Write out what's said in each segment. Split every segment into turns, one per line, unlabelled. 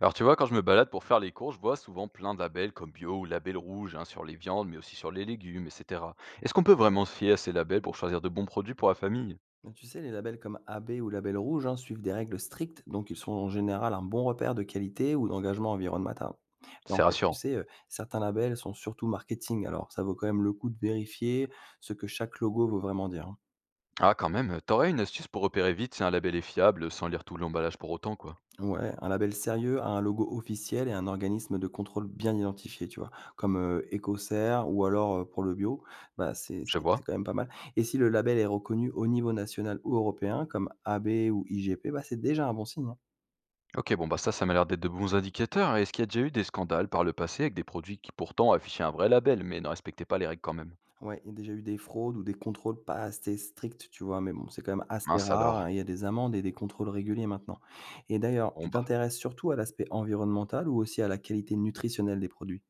Alors tu vois, quand je me balade pour faire les courses, je vois souvent plein de labels comme bio ou label rouge hein, sur les viandes, mais aussi sur les légumes, etc. Est-ce qu'on peut vraiment se fier à ces labels pour choisir de bons produits pour la famille?
Tu sais, les labels comme AB ou Label Rouge hein, suivent des règles strictes, donc ils sont en général un bon repère de qualité ou d'engagement environnemental. Mais
C'est
en fait, tu
rassurant.
sais, certains labels sont surtout marketing, alors ça vaut quand même le coup de vérifier ce que chaque logo veut vraiment dire, hein.
Ah quand même, t'aurais une astuce pour repérer vite si un label est fiable sans lire tout l'emballage pour autant quoi.
Ouais, un label sérieux a un logo officiel et un organisme de contrôle bien identifié, tu vois, comme Ecocer ou alors pour le bio, bah
Je vois.
c'est quand même pas mal. Et si le label est reconnu au niveau national ou européen, comme AB ou IGP, bah c'est déjà un bon signe, hein.
Ok, bon bah ça, ça m'a l'air d'être de bons indicateurs. Et est-ce qu'il y a déjà eu des scandales par le passé avec des produits qui pourtant affichaient un vrai label mais ne respectaient pas les règles quand même?
Ouais, il y a déjà eu des fraudes ou des contrôles pas assez stricts, tu vois? Mais bon, c'est quand même assez
Mince
rare,
alors.
hein. Il y a des amendes et des contrôles réguliers maintenant. Et d'ailleurs,
Bon
tu
bah.
t'intéresses surtout à l'aspect environnemental ou aussi à la qualité nutritionnelle des produits?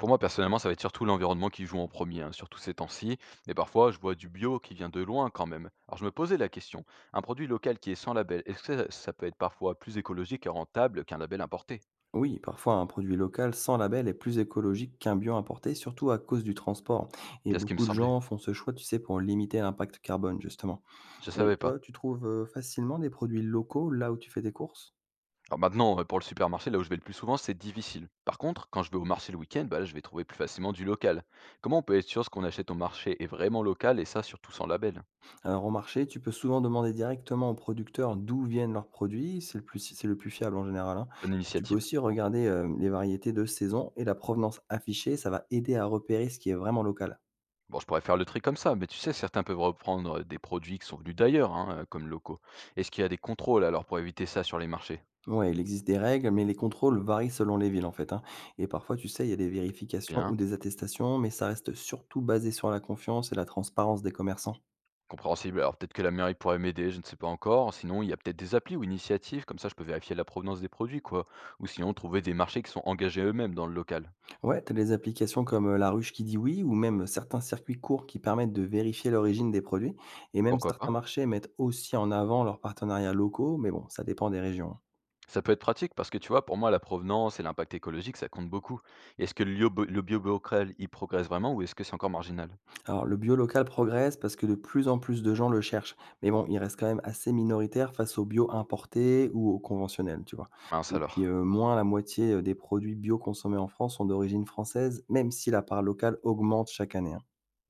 Pour moi, personnellement, ça va être surtout l'environnement qui joue en premier, hein, surtout ces temps-ci. Mais parfois, je vois du bio qui vient de loin quand même. Alors, je me posais la question, un produit local qui est sans label, est-ce que ça peut être parfois plus écologique et rentable qu'un label importé?
Oui, parfois un produit local sans label est plus écologique qu'un bio importé, surtout à cause du transport. Et
Bien ce qui me
beaucoup de
semblait.
gens font ce choix, tu sais, pour limiter l'impact carbone, justement.
Je
Et
savais pas.
toi, tu trouves facilement des produits locaux là où tu fais tes courses?
Alors maintenant, pour le supermarché, là où je vais le plus souvent, c'est difficile. Par contre, quand je vais au marché le week-end, bah là, je vais trouver plus facilement du local. Comment on peut être sûr ce qu'on achète au marché est vraiment local et ça, surtout sans label?
Alors au marché, tu peux souvent demander directement aux producteurs d'où viennent leurs produits, c'est le plus fiable en général, hein.
Bonne
Tu peux
initiative.
aussi regarder les variétés de saison et la provenance affichée, ça va aider à repérer ce qui est vraiment local.
Bon, je pourrais faire le tri comme ça, mais tu sais, certains peuvent reprendre des produits qui sont venus d'ailleurs, hein, comme locaux. Est-ce qu'il y a des contrôles alors pour éviter ça sur les marchés?
Ouais, il existe des règles, mais les contrôles varient selon les villes en fait, hein. Et parfois, tu sais, il y a des vérifications ou
Bien,
des attestations, mais ça reste surtout basé sur la confiance et la transparence des commerçants.
compréhensible. Alors peut-être que la mairie pourrait m'aider, je ne sais pas encore. Sinon, il y a peut-être des applis ou initiatives, comme ça je peux vérifier la provenance des produits, quoi. Ou sinon, trouver des marchés qui sont engagés eux-mêmes dans le local.
Ouais, t'as des applications comme La Ruche qui dit oui ou même certains circuits courts qui permettent de vérifier l'origine des produits. Et même
Pourquoi
certains
pas?
marchés mettent aussi en avant leurs partenariats locaux, mais bon, ça dépend des régions.
Ça peut être pratique parce que tu vois, pour moi, la provenance et l'impact écologique, ça compte beaucoup. Est-ce que le bio-bocal, il progresse vraiment ou est-ce que c'est encore marginal?
Alors, le bio local progresse parce que de plus en plus de gens le cherchent. Mais bon, il reste quand même assez minoritaire face au bio importé ou au conventionnel, tu vois.
Mince
Et puis,
alors.
moins la moitié des produits bio consommés en France sont d'origine française, même si la part locale augmente chaque année, hein.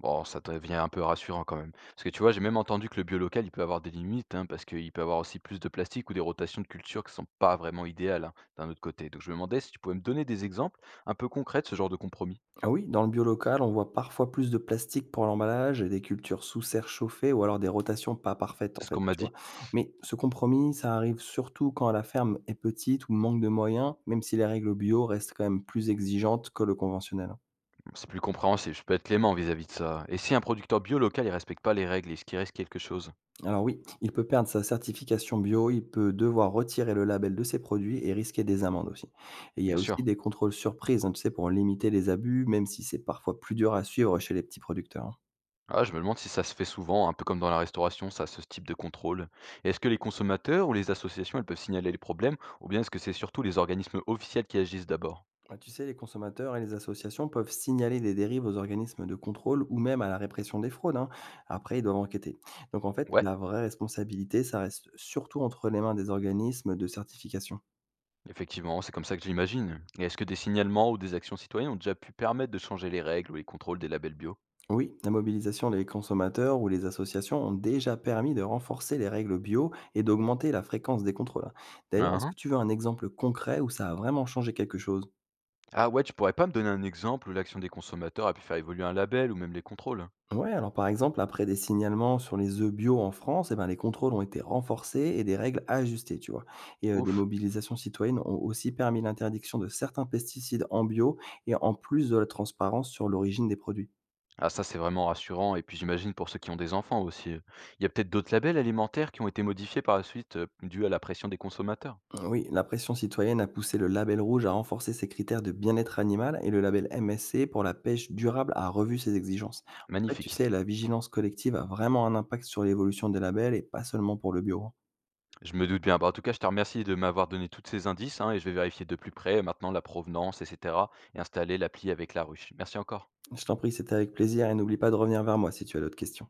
Bon, ça devient un peu rassurant quand même. Parce que tu vois, j'ai même entendu que le bio local, il peut avoir des limites, hein, parce qu'il peut avoir aussi plus de plastique ou des rotations de culture qui sont pas vraiment idéales, hein, d'un autre côté. Donc je me demandais si tu pouvais me donner des exemples un peu concrets de ce genre de compromis.
Ah oui, dans le bio local, on voit parfois plus de plastique pour l'emballage et des cultures sous serre chauffée ou alors des rotations pas parfaites
C'est
en
ce qu'on
fait,
m'a
tu
dit.
vois. Mais ce compromis, ça arrive surtout quand la ferme est petite ou manque de moyens, même si les règles bio restent quand même plus exigeantes que le conventionnel.
C'est plus compréhensible, je peux être clément vis-à-vis de ça. Et si un producteur bio local, il respecte pas les règles, est-ce qu'il reste quelque chose?
Alors oui, il peut perdre sa certification bio, il peut devoir retirer le label de ses produits et risquer des amendes aussi. Et il y
Bien
a
sûr.
aussi des contrôles surprises, hein, tu sais, pour limiter les abus, même si c'est parfois plus dur à suivre chez les petits producteurs, hein.
Ah, je me demande si ça se fait souvent, un peu comme dans la restauration, ça, ce type de contrôle. Et est-ce que les consommateurs ou les associations, elles peuvent signaler les problèmes, ou bien est-ce que c'est surtout les organismes officiels qui agissent d'abord?
Bah, tu sais, les consommateurs et les associations peuvent signaler des dérives aux organismes de contrôle ou même à la répression des fraudes, hein. Après, ils doivent enquêter. Donc en fait,
Ouais.
la vraie responsabilité, ça reste surtout entre les mains des organismes de certification.
Effectivement, c'est comme ça que j'imagine. Et est-ce que des signalements ou des actions citoyennes ont déjà pu permettre de changer les règles ou les contrôles des labels bio?
Oui, la mobilisation des consommateurs ou les associations ont déjà permis de renforcer les règles bio et d'augmenter la fréquence des contrôles, hein. D'ailleurs,
Ah
est-ce
ah.
que tu veux un exemple concret où ça a vraiment changé quelque chose?
Ah ouais, tu pourrais pas me donner un exemple où l'action des consommateurs a pu faire évoluer un label ou même les contrôles?
Ouais, alors par exemple, après des signalements sur les œufs bio en France, eh ben, les contrôles ont été renforcés et des règles ajustées, tu vois. Et des
Ouf.
mobilisations citoyennes ont aussi permis l'interdiction de certains pesticides en bio et en plus de la transparence sur l'origine des produits.
Ah ça c'est vraiment rassurant et puis j'imagine pour ceux qui ont des enfants aussi. Il y a peut-être d'autres labels alimentaires qui ont été modifiés par la suite dû à la pression des consommateurs.
Oui, la pression citoyenne a poussé le label rouge à renforcer ses critères de bien-être animal et le label MSC pour la pêche durable a revu ses exigences. En fait, tu
Magnifique.
sais, la vigilance collective a vraiment un impact sur l'évolution des labels et pas seulement pour le bio, hein.
Je me doute bien. Bah, en tout cas, je te remercie de m'avoir donné tous ces indices hein, et je vais vérifier de plus près maintenant la provenance, etc. et installer l'appli avec la ruche. Merci encore.
Je t'en prie, c'était avec plaisir et n'oublie pas de revenir vers moi si tu as d'autres questions.